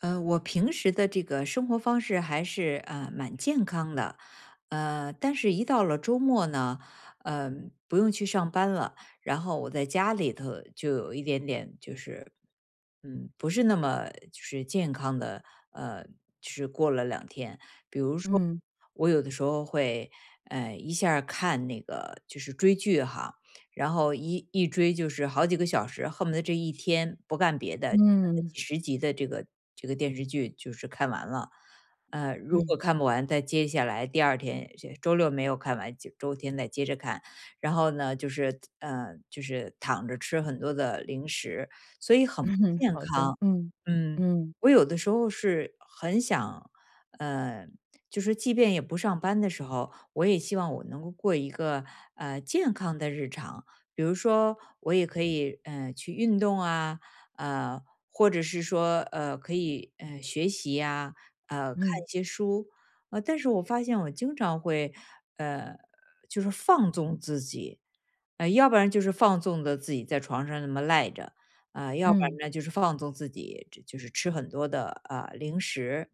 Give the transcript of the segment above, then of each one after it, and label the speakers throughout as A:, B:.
A: 我平时的这个生活方式还是蛮健康的，但是一到了周末呢，呃，不用去上班了，然后我在家里头就有一点点就是，不是那么就是健康的，呃，就是过了2天，
B: 嗯
A: 我有的时候会，一下儿看那个就是追剧哈，然后一追就是好几个小时，恨不得这一天不干别的，把这
B: 嗯
A: 几十集的这个电视剧就是看完了。
B: 嗯，
A: 如
B: 嗯，
A: 果看不完，再接下来第二天，这周六没有看完，就周天再接着看。然后呢，就是躺着吃很多的零食，所以很不 健
B: 好的，
A: 康。嗯，
B: 嗯
A: 我有的时候是很想，呃，就是即便也不上班的时候，我也希望我能够过一个健康的日常。比如说，我也可以去运动啊，呃，或者是说可以学习呀、看
B: 嗯
A: 一些书。但是我发现我经常会呃就是放纵自己，要不然就是放纵的自己在床上那么赖着，啊，要不然
B: 嗯
A: 呢就是放纵自己，这就是吃很多的零食。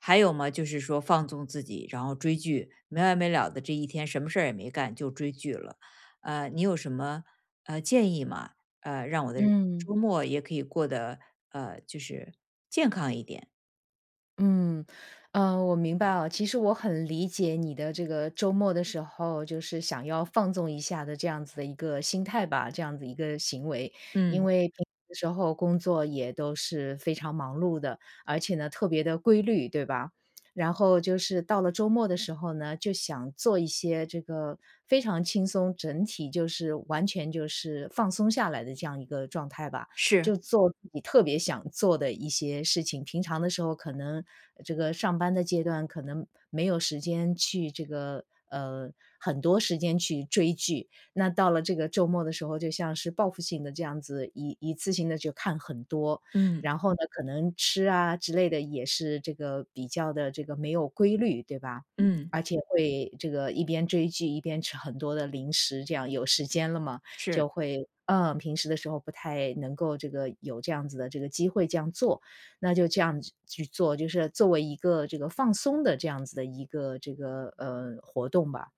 A: 还有嘛，就是说放纵自己，然后追剧，没完没了的这一天什么事儿也没干就追剧了。你有什么建议吗？让我的
B: 嗯。
A: 周末也可以过得就是健康一点。
B: 嗯，我明白了。其实我很理解你的这个周末的时候，就是想要放纵一下的这样子的一个心态吧，这样子一个行为。因
A: 嗯，
B: 为平时的时候工作也都是非常忙碌的，而且呢特别的规律，对吧？然后就是到了周末的时候呢，就想做一些这个非常轻松，整体就是完全就是放松下来的这样一个状态吧。
A: 是。
B: 就做自己特别想做的一些事情。平常的时候可能这个上班的阶段可能没有时间去这个很多时间去追剧，那到了这个周末的时候，就像是报复性的这样子一次性的就看很多。
A: 嗯
B: 然后呢，可能吃啊之类的也是这个比较的这个没有规律，对吧？
A: 嗯，
B: 而且会这个一边追剧一边吃很多的零食，这样有时间了嘛，
A: 是。
B: 就会嗯，平时的时候不太能够这个有这样子的这个机会这样做，那就这样子去做，就是作为一个这个放松的这样子的一个这个活动吧。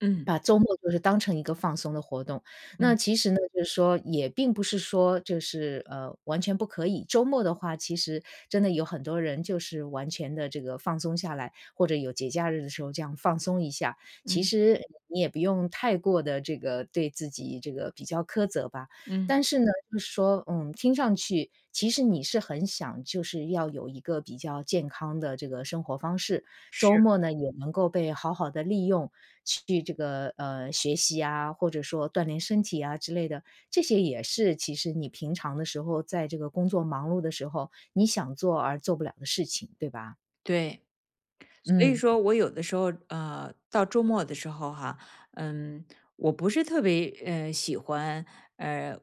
A: 嗯
B: 把周末就是当成一个放松的活动。那
A: 嗯
B: 其实呢，就是说也并不是说就是完全不可以。周末的话，其实真的有很多人就是完全的这个放松下来，或者有节假日的时候这样放松一下。其
A: 嗯
B: 实你也不用太过的这个对自己这个比较苛责吧。
A: 嗯，
B: 但是呢，就是说，嗯，听上去其实你是很想就是要有一个比较健康的这个生活方式，周
A: 是。
B: 末呢，也能够被好好的利用，去这个，学习啊，或者说锻炼身体啊之类的。这些也是其实你平常的时候，在这个工作忙碌的时候，你想做而做不了的事情，对吧？
A: 对。所以
B: 嗯，
A: 说我有的时候，到周末的时候哈，嗯，我不是特别喜欢呃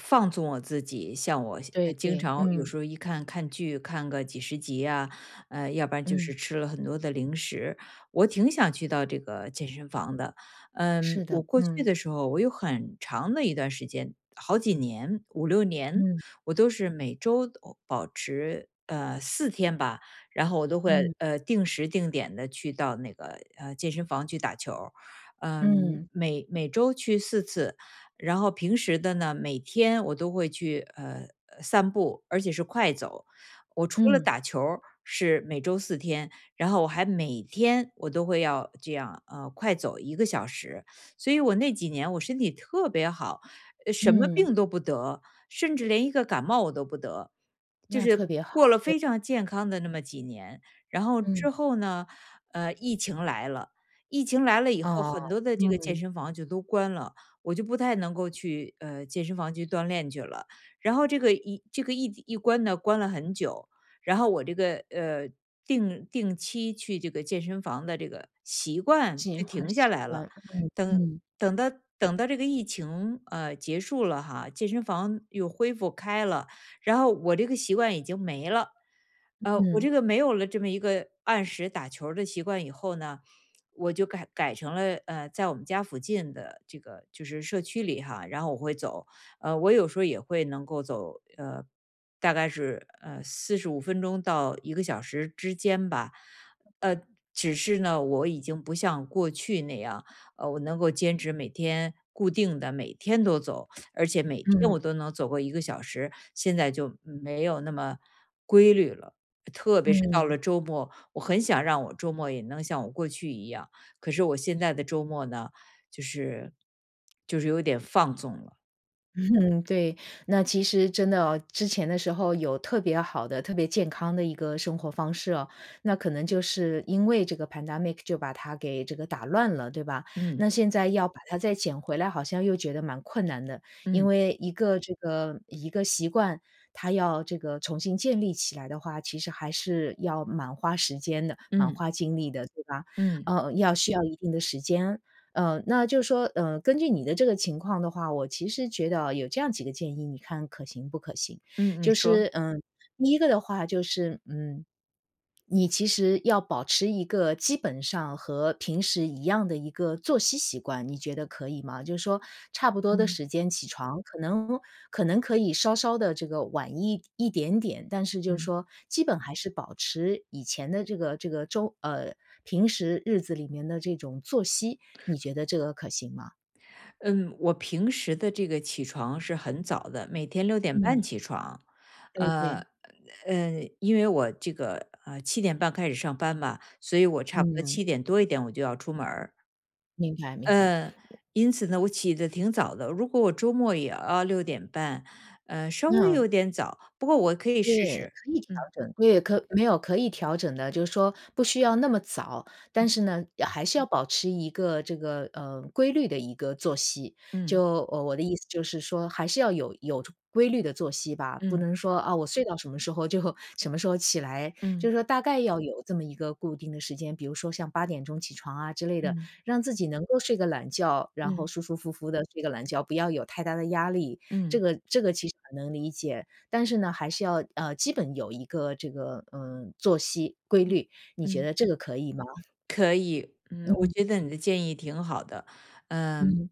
A: 放纵我自己，像我
B: 对
A: 经
B: 对，
A: 常有
B: 嗯，
A: 时候一看看剧看个几十集啊，要不然就
B: 嗯，
A: 是吃了很多的零食，我挺想去到这个健身房的。嗯，
B: 是
A: 我
B: 的，
A: 过去
B: 嗯，
A: 的时候，我有很长的一段时间，好几年，五六年，
B: 嗯，
A: 我都是每周都保持四天吧。然后我都会
B: 嗯，
A: 定时定点的去到那个健身房去打球儿。嗯，
B: 嗯，
A: 每周去4次，然后平时的呢，每天我都会去散步，而且是快走。我除了
B: 嗯，
A: 打球儿是每周四天，然后我还每天我都会要这样快走一个小时，所以我那几年我身体特别好，什么
B: 嗯，
A: 病都不得，甚至连一个感冒我都不得，就
B: 那
A: 是
B: 特别好，
A: 过了非常健康的那么几年。然后之
B: 嗯，
A: 后呢，疫情来了，疫情来了以后，
B: 哦，
A: 很多的这个健
B: 嗯，
A: 身房就都关了，我就不太能够去健身房去锻炼去了。然后这个一关呢，关了很久。然后我这个定期去这个健身房的这个习惯
B: 计
A: 就
B: 划
A: 停下
B: 习
A: 来了。
B: 惯，
A: 等
B: 嗯，
A: 等到等到这个疫情结束了哈，健身房又恢复开了，然后我这个习惯已经没了。我
B: 嗯，
A: 这个没有了这么一个按时打球儿的习惯以后呢，我就改成了在我们家附近的这个就是社区里哈，然后我会走，我有时候也会能够走，大概是45分钟到一个小时之间吧。呃，只是呢，我已经不像过去那样，我能够坚持每天固定的每天都走，而且每天
B: 嗯，
A: 我都能走过一个小时，现在就没有那么规律了。特别是到
B: 嗯。
A: 了周末，我很想让我周末也能像我过去一样，可是我现在的周末呢，就是就是有点放纵了。
B: 嗯，对，那其实真的哦，之前的时候有特别好的、特别健康的一个生活方式哦，那可能就是因为这个 pandemic 就把它给这个打乱了，对吧？
A: 嗯
B: 那现在要把它再捡回来，好像又觉得蛮困难的，因
A: 嗯
B: 为一个这个一个习惯，它要这个重新建立起来的话，其实还是要蛮花时间的，蛮
A: 嗯
B: 花精力的，对吧？
A: 嗯
B: 要需要一定的时间，那就是说，根据你的这个情况的话，我其实觉得有这样几个建议，你看可行不可行？
A: 嗯，你
B: 就
A: 说。
B: 是，嗯，第一个的话就是，嗯，你其实要保持一个基本上和平时一样的一个作息习惯，你觉得可以吗？就是说差不多的
A: 嗯
B: 时间起床，可能可以稍稍的这个晚一点点，但是就是
A: 嗯
B: 说基本还是保持以前的这个平时日子里面的这种作息。你觉得这个可行吗？
A: 嗯，我平时的这个起床是很早的，每天六点半
B: 嗯，
A: 起床。
B: 对对，
A: 呃嗯，因为我这个7点半开始上班嘛，所以我差不多
B: 嗯，
A: 7点多一点我就要出门儿。
B: 明白明白。
A: 嗯，因此呢，我起得挺早的，如果我周末也要六点半，稍微
B: 那
A: 有点早，不过我可以试
B: 对，
A: 试。
B: 可以调
A: 嗯。
B: 整，对，可没有可以调整的，就是说不需要那么早，但是呢，还是要保持一个这个，规律的一个作息。
A: 嗯
B: 我的意思就是说还是要有规律的作息吧，不
A: 嗯
B: 能说，啊，我睡到什么时候就 什么时候起来，就
A: 嗯
B: 是说大概要有这么一个固定的时间，比如说像八点钟起床啊之类的，
A: 嗯
B: 让自己能够睡个懒觉，然后
A: 嗯
B: 舒舒服服的睡个懒觉，不要有太大的压力，
A: 嗯
B: 这个其实很能理解。但是呢，还是要基本有一个这个，嗯，作息规律，你觉
A: 嗯。
B: 得这个可以吗？
A: 可以，嗯，我
B: 嗯
A: 觉得你的建议挺好的。嗯，
B: 嗯。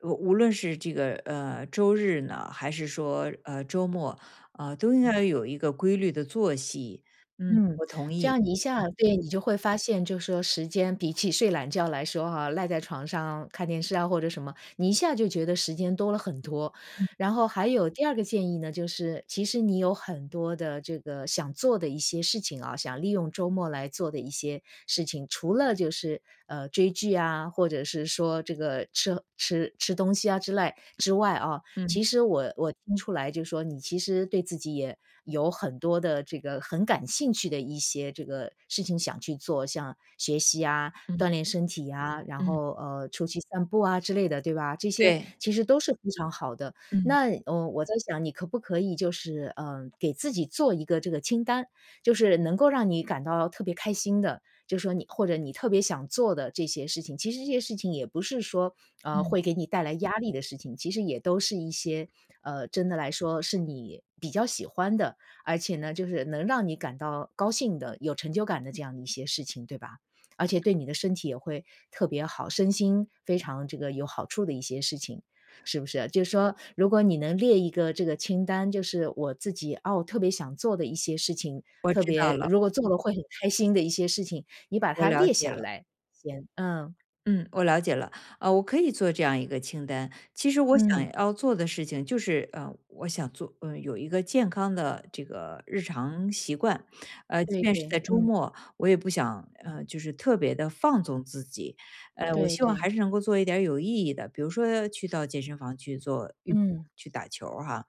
A: 我无论是这个，周日呢，还是说，周末，都应该有一个规律的作息。嗯，
B: 嗯，
A: 我同
B: 这
A: 意。
B: 样你一下对，你就会发现就说时间比起睡懒觉来说哈，赖在床上看电视啊或者什么，你一下就觉得时间多了很多。然后还有第二个建议呢，就是其实你有很多的这个想做的一些事情啊，想利用周末来做的一些事情，除了就是追剧啊，或者是说这个吃东西啊之类之外啊，
A: 嗯
B: 其实我听出来就是说，你其实对自己也有很多的这个很感兴趣的一些这个事情想去做，像学习啊、锻
A: 嗯
B: 炼身体呀、然
A: 嗯。
B: 后出去散步啊之类的，对吧？这些
A: 对。
B: 其实都是非常好的。
A: 嗯
B: 那我在想，你可不可以就是给自己做一个这个清单，就是能够让你感到特别开心的，就说你或者你特别想做的这些事情，其实这些事情也不是说，
A: 嗯。
B: 会给你带来压力的事情，其实也都是一些，真的来说是你比较喜欢的，而且呢，就是能让你感到高兴的、有成就感的这样的一些事情，对吧？而且对你的身体也会特别好，身心非常这个有好处的一些事情，是不是？就是说，如果你能列一个这个清单，就是我自己哦特别想做的一些事情，
A: 我
B: 特
A: 知道
B: 别
A: 了，
B: 如果做了会很开心的一些事情，你把
A: 我
B: 它
A: 了
B: 列
A: 解
B: 下
A: 了。
B: 来先，嗯，
A: 嗯，我了解了。我可以做这样一个清单。其实我
B: 嗯，
A: 想要做的事情就是，我想做有一个健康的这个日常习惯。即
B: 对
A: 便是
B: 对，
A: 在周
B: 嗯，
A: 末，我也不想，就是特别的放纵自己。我
B: 对
A: 希望
B: 对，
A: 还是能够做一点儿有意义的，比如说去到健身房去做运动，
B: 嗯，
A: 去打球儿哈。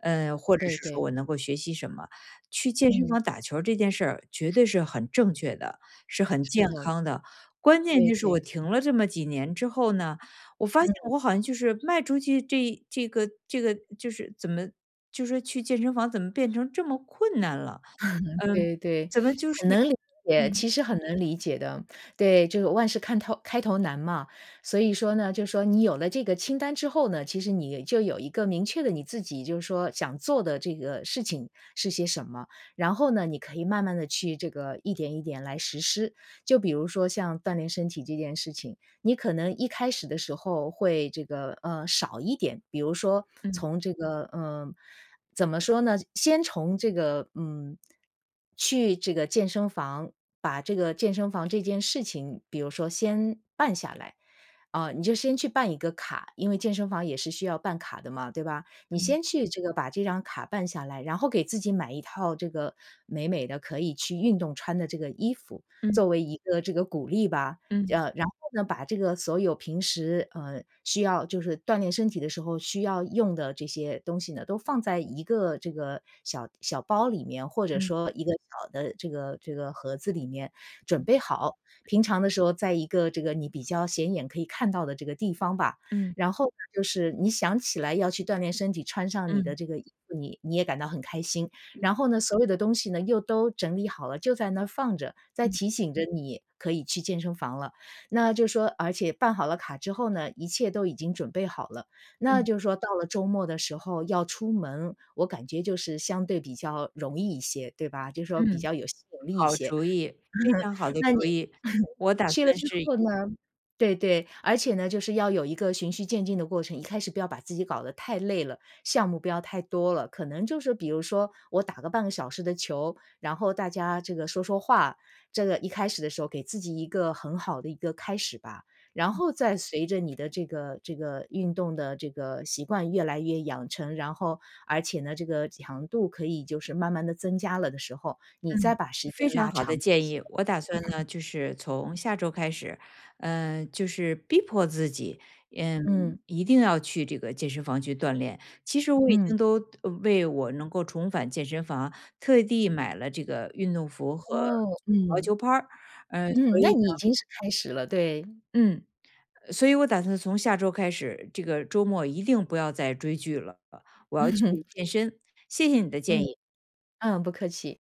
A: 或者
B: 对
A: 是说
B: 对，
A: 我能够学习什么。去健身
B: 嗯，
A: 房打球儿这件事儿绝对是很正确的，是很
B: 是
A: 健
B: 的，
A: 康的。关键
B: 对
A: 就是我
B: 对，
A: 停了这么几年之后呢，我发现
B: 嗯，
A: 我好像就是迈出去这个就是怎么就是去健身房怎么变成这么困难了？嗯，
B: 对对，
A: 怎么就是。
B: 很能理解，
A: 嗯
B: 其实很能理解的。对，就是万事看头开头难嘛，所以说呢，就是说你有了这个清单之后呢，其实你就有一个明确的你自己就是说想做的这个事情是些什么，然后呢，你可以慢慢的去这个一点一点来实施。就比如说像锻炼身体这件事情，你可能一开始的时候会这个，少一点，比如说
A: 嗯
B: 从这个，呃怎么说呢？先从这个，嗯，去这个健身房，把这个健身房这件事情，比如说先办下来。啊，你就先去办一个卡，因为健身房也是需要办卡的嘛，对吧？你
A: 嗯
B: 先去这个把这张卡办下来，然后给自己买一套这个美美的可以去运动穿的这个衣服，
A: 嗯
B: 作为一个这个鼓励吧。
A: 嗯
B: 然后呢，把这个所有平时，需要就是锻炼身体的时候需要用的这些东西呢，都放在一个这个小小包里面，或者
A: 嗯
B: 说一个小的这个盒子里面准
A: 嗯
B: 备好。平常的时候，在一个这个你比较显眼可以看到的这个地方吧。
A: 嗯
B: 然后呢，就是你想起来要去锻炼身体，穿上你的
A: 嗯
B: 这个衣服，你也感到很开心。然后呢，所有的东西呢，又都整理好了，就在那儿放着，在
A: 嗯
B: 提醒着你可以去健身房了。那就是说而且办好了卡之后呢，一切都已经准备好了。那
A: 嗯
B: 就是说到了周末的时候要出门，我感觉就是相对比较容易一些，对吧？就是说比
A: 嗯。
B: 较有吸引力一
A: 好
B: 些。
A: 主意，非常好的
B: 那
A: 主
B: 你
A: 意。我打
B: 去了
A: 算
B: 之
A: 是。
B: 后呢对对，而且呢，就是要有一个循序渐进的过程，一开始不要把自己搞得太累了，项目不要太多了，可能就是比如说我打个半个小时的球，然后大家这个说说话，这个一开始的时候给自己一个很好的一个开始吧。然后再随着你的这个这个运动的这个习惯越来越养成，然后而且呢，这个强度可以就是慢慢的增加了的时候，你再
A: 嗯，
B: 把时
A: 非
B: 间
A: 常
B: 拉
A: 好
B: 长
A: 的
B: 一
A: 建
B: 些，
A: 议。我打算呢，就是从下周开始，嗯，就是逼迫自己，嗯，
B: 嗯。
A: 一定要去这个健身房去锻炼。其实我已
B: 嗯，
A: 经都为我能够重返健身房，特地买了这个运动服和羽
B: 哦，
A: 毛
B: 嗯，
A: 球拍儿，
B: 嗯，
A: 所
B: 那
A: 以
B: 你已
A: 呢，
B: 经是开始了，对，
A: 嗯，所以我打算从下周开始，这个周末一定不要再追剧了，我要去健 身。谢谢你的建
B: 嗯，
A: 议。
B: 嗯，不客气。